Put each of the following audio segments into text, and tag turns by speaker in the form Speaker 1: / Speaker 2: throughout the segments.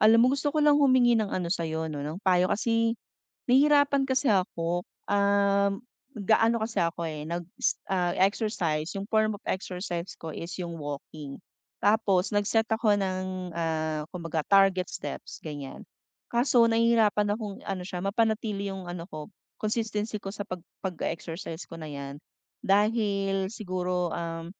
Speaker 1: Alam mo, gusto ko lang humingi ng ano sa'yo 'no, ng payo kasi nahihirapan kasi ako, nag kasi ako, eh, exercise. Yung form of exercise ko is yung walking. Tapos nag-set ako ng, kumbaga target steps, ganyan. Kaso nahihirapan akong ano siya, mapanatili yung ano ko, consistency ko sa pag pag exercise ko na 'yan. Dahil siguro,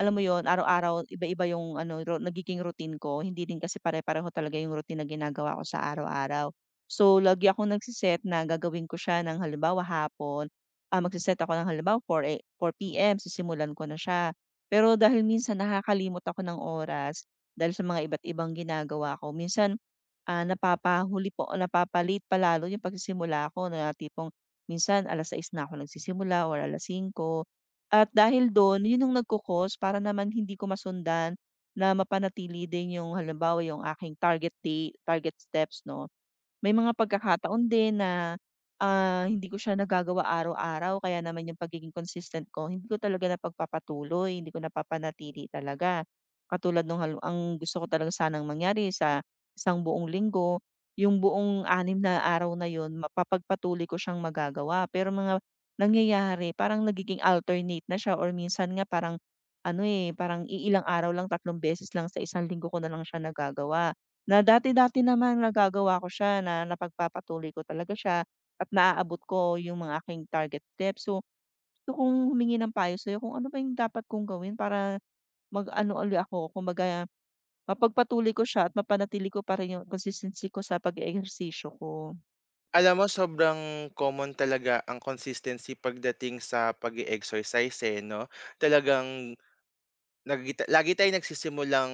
Speaker 1: alam mo yon, araw-araw iba-iba yung ano nagiging routine ko, hindi din kasi pare-pareho talaga yung routine na ginagawa ko sa araw-araw. So, lagi akong nagse-set na gagawin ko siya ng halimbawa hapon, magse-set ako ng halimbawa 4 PM sisimulan ko na siya. Pero dahil minsan nakakalimot ako ng oras, dahil sa mga iba't ibang ginagawa ko, minsan, napapahuli po napapalit late pa lalo yung pagsisimula ko na tipong minsan 6:00 na ako nagsisimula or 5:00. At dahil do'n, 'yun yung nagkukos para naman hindi ko masundan na mapanatili din yung halimbawa yung aking target date, target steps 'no. May mga pagkakataon din na, hindi ko siya nagagawa araw-araw, kaya naman yung pagiging consistent ko hindi ko talaga napagpapatuloy, hindi ko napapanatili talaga. Katulad nung ang gusto ko talaga sanang mangyari sa isang buong linggo, yung buong anim na araw na yun mapapagpatuloy ko siyang magagawa, pero mga nangyayari parang nagiging alternate na siya, or minsan nga parang ano, eh, parang iilang araw lang, tatlong beses lang sa isang linggo ko na lang siya nagagawa. Na dati-dati naman nagagawa ko siya na napagpapatuloy ko talaga siya at naaabot ko yung mga aking target steps. So, gusto kong humingi ng payo sa'yo kung ano ba yung dapat kong gawin para mag-ano uli ako, kumbaga mapagpatuloy ko siya at mapanatili ko pa rin yung consistency ko sa pag-eehersisyo ko.
Speaker 2: Alam mo sobrang common talaga ang consistency pagdating sa pag-e-exercise, eh, 'no. Talagang lagi tayong nagsisimulang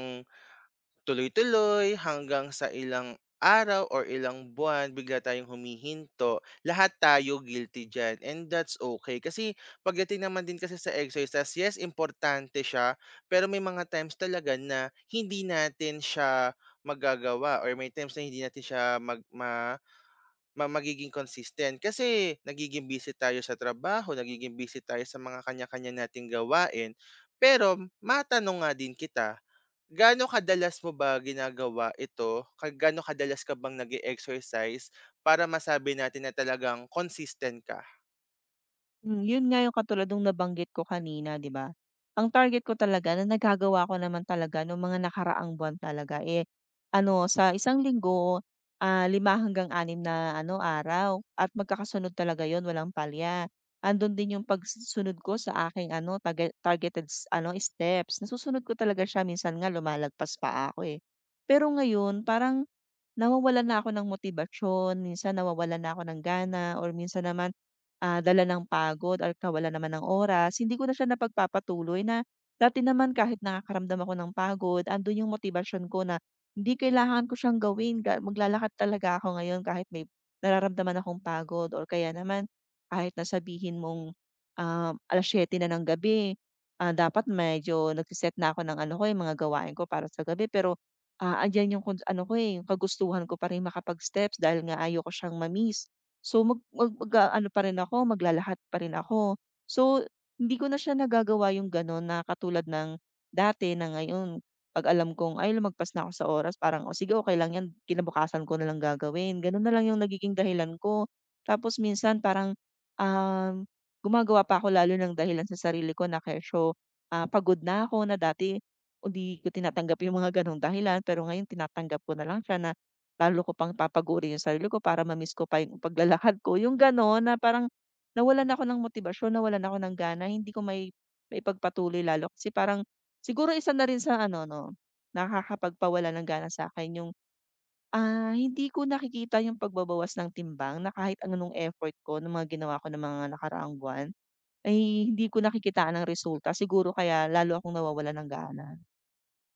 Speaker 2: tuloy-tuloy hanggang sa ilang araw or ilang buwan bigla tayong humihinto. Lahat tayo guilty diyan and that's okay. Kasi pagdating naman din kasi sa exercise, yes importante siya, pero may mga times talaga na hindi natin siya magagawa or may times na hindi natin siya mag ma Ma magiging consistent kasi nagiging busy tayo sa trabaho, nagiging busy tayo sa mga kanya-kanya nating gawain. Pero matanong nga din kita, gaano kadalas mo ba ginagawa ito, gaano kadalas ka bang nag exercise para masabi natin na talagang consistent ka?
Speaker 1: Hmm, yun nga yung katulad nung nabanggit ko kanina, 'di ba? Ang target ko talaga na nagagawa ko naman talaga nung mga nakaraang buwan talaga, eh, ano sa isang linggo, 5 hanggang anim na ano araw, at magkakasunod talaga yon walang palya. Andun din yung pagsunod ko sa aking ano target targeted s ano steps, nasusunod ko talaga siya, minsan nga lumalagpas pa ako, eh. Pero ngayon parang nawawalan na ako ng motibasyon, minsan nawawalan na ako ng gana, or minsan naman, dala ng pagod or kawalan naman ng oras, hindi ko na siya napagpapatuloy. Na dati naman kahit nakakaramdam ako ng pagod, andun yung motibasyon ko na hindi, kailangan ko siyang gawin, maglalakad talaga ako ngayon kahit may nararamdaman akong pagod, or kaya naman kahit na sabihin mong, alas 7:00 na ng gabi, dapat medyo nagse-set na ako ng ano ko, eh, mga gawain ko para sa gabi, pero andiyan yung kung ano ko, eh, yung kagustuhan ko pa rin makapag-steps dahil nga ayoko siyang ma-miss. So, mag mag mag-aano pa rin ako, maglalakad pa rin ako. So, hindi ko na siya nagagawa yung gano'n na katulad ng dati. Na ngayon 'pag alam kong, "Ay lumagpas na ako sa oras," parang, "O sige, okey lang 'yan, kinabukasan ko na lang gagawin." Gano'n na lang yung nagiging dahilan ko. Tapos minsan parang, um, gumagawa pa ako lalo ng dahilan sa sarili ko na kesyo, pagod na ako, na dati o 'di ko tinatanggap yung mga gano'ng dahilan, pero ngayon tinatanggap ko na lang siya, na lalo ko pang papaguri yung sarili ko para ma-miss ko pa yung paglalakad ko, yung gano'n na parang nawalan ako ng motibasyon, nawalan ako ng gana, hindi ko may maipagpatuloy lalo, kasi parang siguro isa na rin sa ano 'no, nakakapagpawala ng gana sa akin yung, hindi ko nakikita yung pagbabawas ng timbang na kahit anong effort ko ng mga ginawa ko ng mga nakaraang buwan, ay hindi ko nakikitaan ang resulta, siguro kaya lalo akong nawawala ng gana.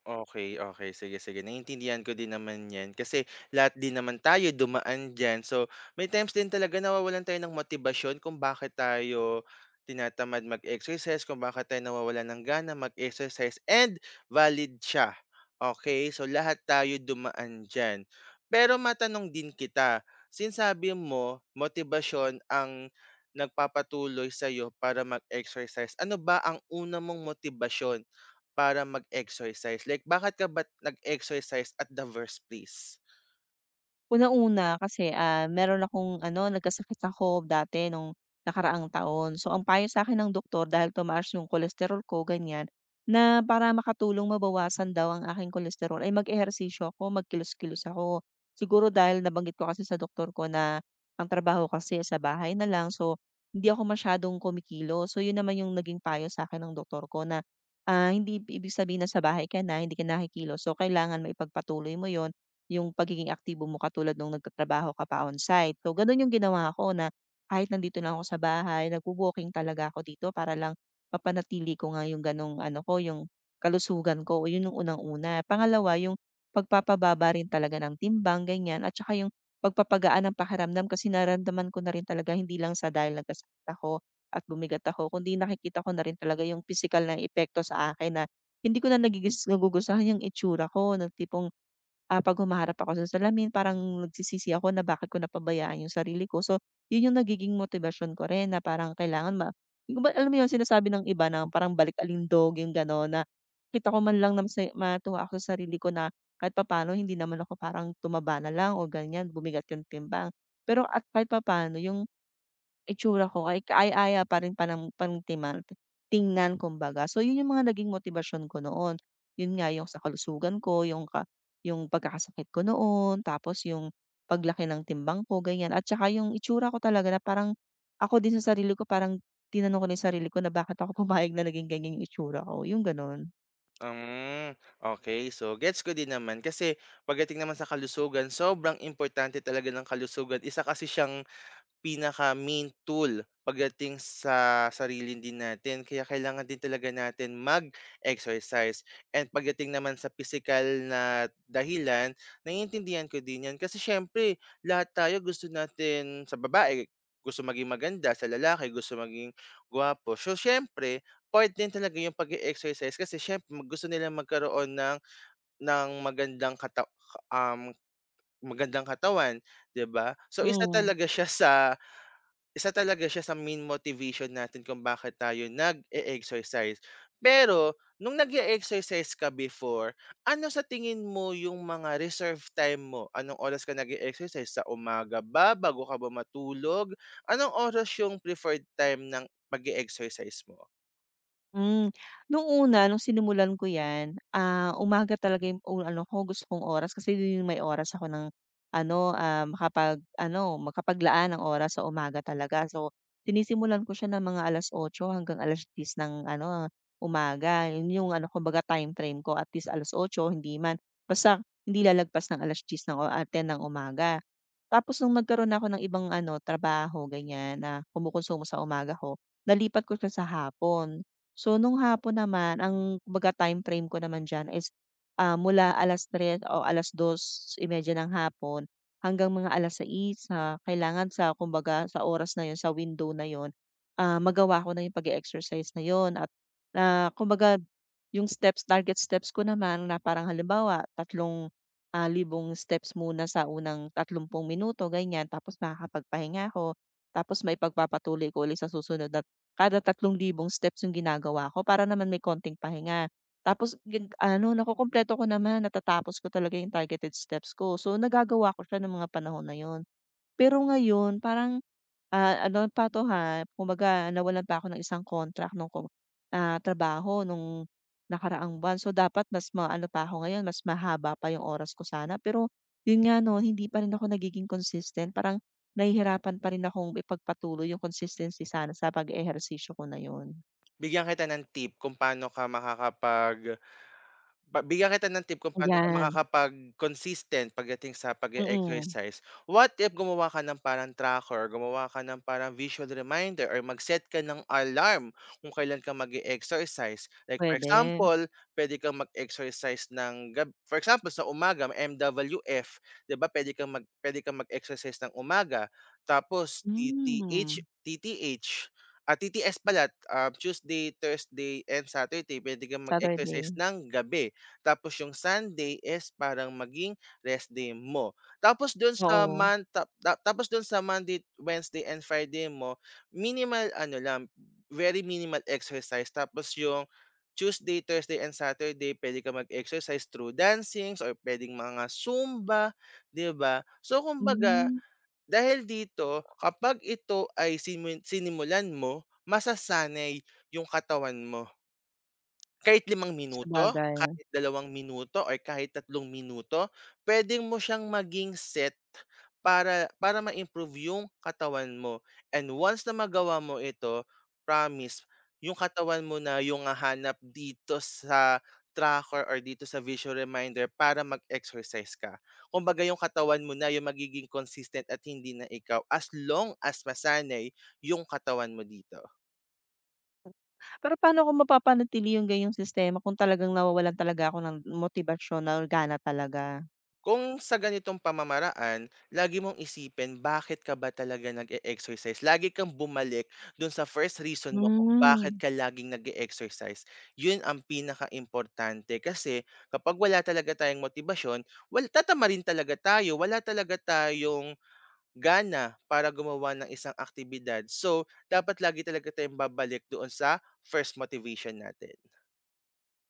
Speaker 2: Okay, okay. Sige, sige. Naiintindihan ko din naman 'yan kasi lahat din naman tayo dumaan diyan. So, may times din talaga nawawalan tayo ng motibasyon kung bakit tayo tinatamad mag-exercise, kung bakit tayo nawawalan ng gana mag-exercise and valid siya, okay? So, lahat tayo dumaan diyan. Pero matanong din kita, since sabi mo motibasyon ang nagpapatuloy sa'yo para mag-exercise, ano ba ang una mong motibasyon para mag-exercise, like bakit ka ba't nag-exercise at the first place?
Speaker 1: Unang-una kasi, meron akong ano, nagkasakit ako dati nung nakaraang taon. So, ang payo sa akin ng doktor dahil tumaas yung kolesterol ko, ganyan, na para makatulong mabawasan daw ang aking kolesterol ay mag-ehersisyo ako, magkilos-kilos ako. Siguro dahil nabanggit ko kasi sa doktor ko na ang trabaho kasi sa bahay na lang, so hindi ako masyadong kumikilos. So, yun naman yung naging payo sa akin ng doktor ko na, hindi ibig sabihin na sa bahay ka na, hindi ka nakikilos, so kailangan maipagpatuloy mo yon, yung pagiging aktibo mo katulad nung nagtatrabaho ka pa on-site. So gano'n yung ginawa ko na kahit nandito lang ako sa bahay, nagwo-walking talaga ako dito para lang mapanatili ko nga yung gano'ng ano ko, yung kalusugan ko. Yun yung unang-una. Pangalawa, yung pagpapababa rin talaga ng timbang, ganyan, at saka yung pagpapagaan ng pakiramdam kasi nararamdaman ko na rin talaga hindi lang sa dahil nagkasakit ako at bumigat ako, kundi nakikita ko na rin talaga yung physical na epekto sa akin na hindi ko na nagugustuhan yung itsura ko ng tipong 'pag humaharap ako sa salamin parang nagsisisi ako na bakit ko napabayaan yung sarili ko. So, yun yung nagiging motibasyon ko rin na parang kailangan yung ba, alam mo yun sinasabi ng iba na parang balik-alindog, yung gano'n na kita ko man lang, na masaya, matuwa ako sa sarili ko na kahit papaano hindi naman ako parang tumaba na lang o ganyan, bumigat yung timbang. Pero at kahit papaano yung itsura ko ay kaaya-aya pa rin, pantiman tingnan kumbaga. So yun yung mga naging motibasyon ko noon. Yun nga yung sa kalusugan ko, yung yung pagkakasakit ko noon, tapos yung paglaki ng timbang ko ganyan, at saka yung itsura ko talaga na parang ako din sa sarili ko parang tinanong ko na yung sarili ko na bakit ako pumayag na naging ganyan yung itsura ko, yung gano'n.
Speaker 2: Hmm. Okay. So, gets ko din naman kasi pagdating naman sa kalusugan sobrang importante talaga ng kalusugan. Isa kasi siyang pinaka-main tool pagdating sa sarili din natin. Kaya kailangan din talaga natin mag-exercise. And pagdating naman sa physical na dahilan, naiintindihan ko din yan. Kasi syempre, lahat tayo gusto natin sa babae, gusto maging maganda, sa lalaki, gusto maging gwapo. So syempre, part din talaga yung pag-exercise kasi syempre gusto nila magkaroon ng um magandang katawan, 'di ba? So isa
Speaker 1: Mm.
Speaker 2: talaga siya sa isa talaga siya sa main motivation natin kung bakit tayo nag-e-exercise. Pero nung nag exercise ka before, ano sa tingin mo yung mga reserve time mo? Anong oras ka nag exercise sa umaga ba, bago ka ba matulog? Anong oras yung preferred time ng pag exercise mo?
Speaker 1: Hmm, nung una nung sinimulan ko 'yan, umaga talaga yung ano ko gusto kong oras, kasi yun yung may oras ako ng ano, makapag-ano, makapaglaan ng oras sa umaga talaga. So, sinisimulan ko siya ng mga 8:00 hanggang 10:00 ng ano, umaga. Yun yung ano kumbaga time frame ko, at least 8:00 hindi man, basta hindi lalagpas ng 10:00 ng 10:00 ng umaga. Tapos nung nagkaroon na ako ng ibang ano, trabaho ganyan na kumukonsumo sa umaga ko, nalipat ko siya sa hapon. So, nung hapon naman ang kumbaga time frame ko naman diyan is, mula 3:00 o alas dos 2:30 ng hapon hanggang mga 6:00 na, kailangan sa kumbaga sa oras na yon, sa window na yon, magawa ko na 'yung pag exercise na yon. At na kumbaga 'yung steps, target steps ko naman na parang halimbawa tatlong, libong steps muna sa unang 30 minuto ganiyan, tapos makakapagpahinga ako, tapos may maipagpapatuloy ko ulit sa susunod na kada 3,000 steps yung ginagawa ko para naman may konting pahinga. Tapos ano nakukumpleto ko naman, natatapos ko talaga yung targeted steps ko. So nagagawa ko siya ng mga panahon na yun. Pero ngayon parang ano pa 'to ha, kumbaga nawalan pa ako ng isang contract nung trabaho nung nakaraang buwan. So, dapat mas maano pa ako ngayon, mas mahaba pa yung oras ko sana. Pero yun nga 'no, hindi pa rin ako nagiging consistent. Parang nahihirapan pa rin akong ipagpatuloy yung consistency sana sa pag-eehersisyo ko na yun.
Speaker 2: Bigyan kita ng tip kung paano ka makakapag Bigyan kita ng tip kung paano ka
Speaker 1: Ayan.
Speaker 2: makakapag-consistent pagdating sa pag
Speaker 1: Mm.
Speaker 2: exercise. What if gumawa ka ng parang tracker, gumawa ka ng parang visual reminder or mag-set ka ng alarm kung kailan ka mag exercise? Like for
Speaker 1: Pwede.
Speaker 2: example, pwede kang mag-exercise ng gab for example sa umaga MWF, 'di ba? Pwede kang pwede kang mag-exercise ng umaga, tapos
Speaker 1: Hmm.
Speaker 2: TTH TTH, TTS pala, Tuesday, Thursday, and Saturday pwede kang mag-exercise
Speaker 1: Saturday.
Speaker 2: ng gabi. Tapos yung Sunday is parang maging rest day mo. Tapos
Speaker 1: Oo.
Speaker 2: dun sa Monday, Wednesday, and Friday mo, minimal ano lang, very minimal exercise. Tapos yung Tuesday, Thursday, and Saturday puwede ka mag-exercise through dancings or puwedeng mga Zumba, 'di ba? So kumbaga,
Speaker 1: Hmm,
Speaker 2: dahil dito kapag ito ay sinimulan mo, masasanay yung katawan mo. Kahit limang minuto,
Speaker 1: sabagay.
Speaker 2: kahit dalawang minuto, or kahit tatlong minuto, puwede mo siyang maging set para para ma-improve yung katawan mo. And once na magawa mo ito, promise yung katawan mo na yung hahanap dito sa tracker or dito sa visual reminder para mag-exercise ka. Kumbaga yung katawan mo na yung magiging consistent at hindi na ikaw as long as masanay yung katawan mo dito.
Speaker 1: Pero paano ko mapapanatili yung ganiyang sistema kung talagang nawawalan talaga ako ng motibasyon na gana talaga?
Speaker 2: Kung sa ganitong pamamaraan, lagi mong isipin bakit ka ba talaga nag-e-exercise. Lagi kang bumalik dun sa first reason mo kung bakit
Speaker 1: Hmm.
Speaker 2: ka laging nag-e-exercise. Yun ang pinaka importante kasi kapag wala talaga tayong motibasyon, wala talaga tayong gana para gumawa ng isang aktibidad. So, dapat lagi talaga tayong babalik doon sa first motivation natin.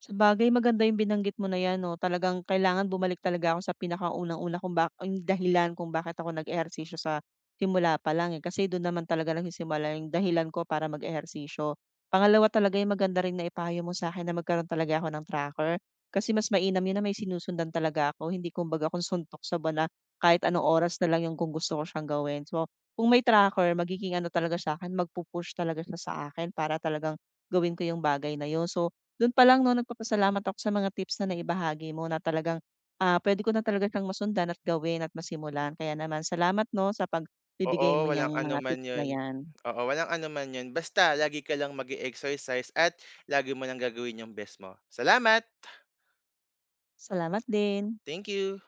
Speaker 1: Sabagay, maganda yung binanggit mo na 'yan 'no, talagang kailangan bumalik talaga ako sa pinakaunang-una kung yung dahilan kung bakit ako nag-ehersisyo sa simula pa lang, eh, kasi doon naman talaga nagsisimula yung dahilan ko para mag-ehersisyo. Pangalawa, talaga yung maganda rin naipayo mo sa akin na magkaroon talaga ako ng tracker, kasi mas mainam 'yun na may sinusundan talaga ako, hindi kumbaga kung suntok sa buwan na kahit anong oras na lang yung kung gusto ko siyang gawin. So, kung may tracker magiging ano talaga sa akin, push talaga siya sa akin para talagang gawin ko yung bagay na 'yun. So, dun pa lang 'no, nagpapasalamat ako sa mga tips na naibahagi mo na talagang, puwede ko na talaga siyang masundan at gawin at masimulan. Kaya naman salamat 'no, sa pagbibigay
Speaker 2: Oo,
Speaker 1: mo
Speaker 2: walang
Speaker 1: niyang mga
Speaker 2: anuman
Speaker 1: tips na
Speaker 2: 'yun.
Speaker 1: 'yan.
Speaker 2: Oo, walang anuman 'yun, basta lagi ka lang mag exercise at lagi mo lang gagawin yung best mo. Salamat.
Speaker 1: Salamat din.
Speaker 2: Thank you.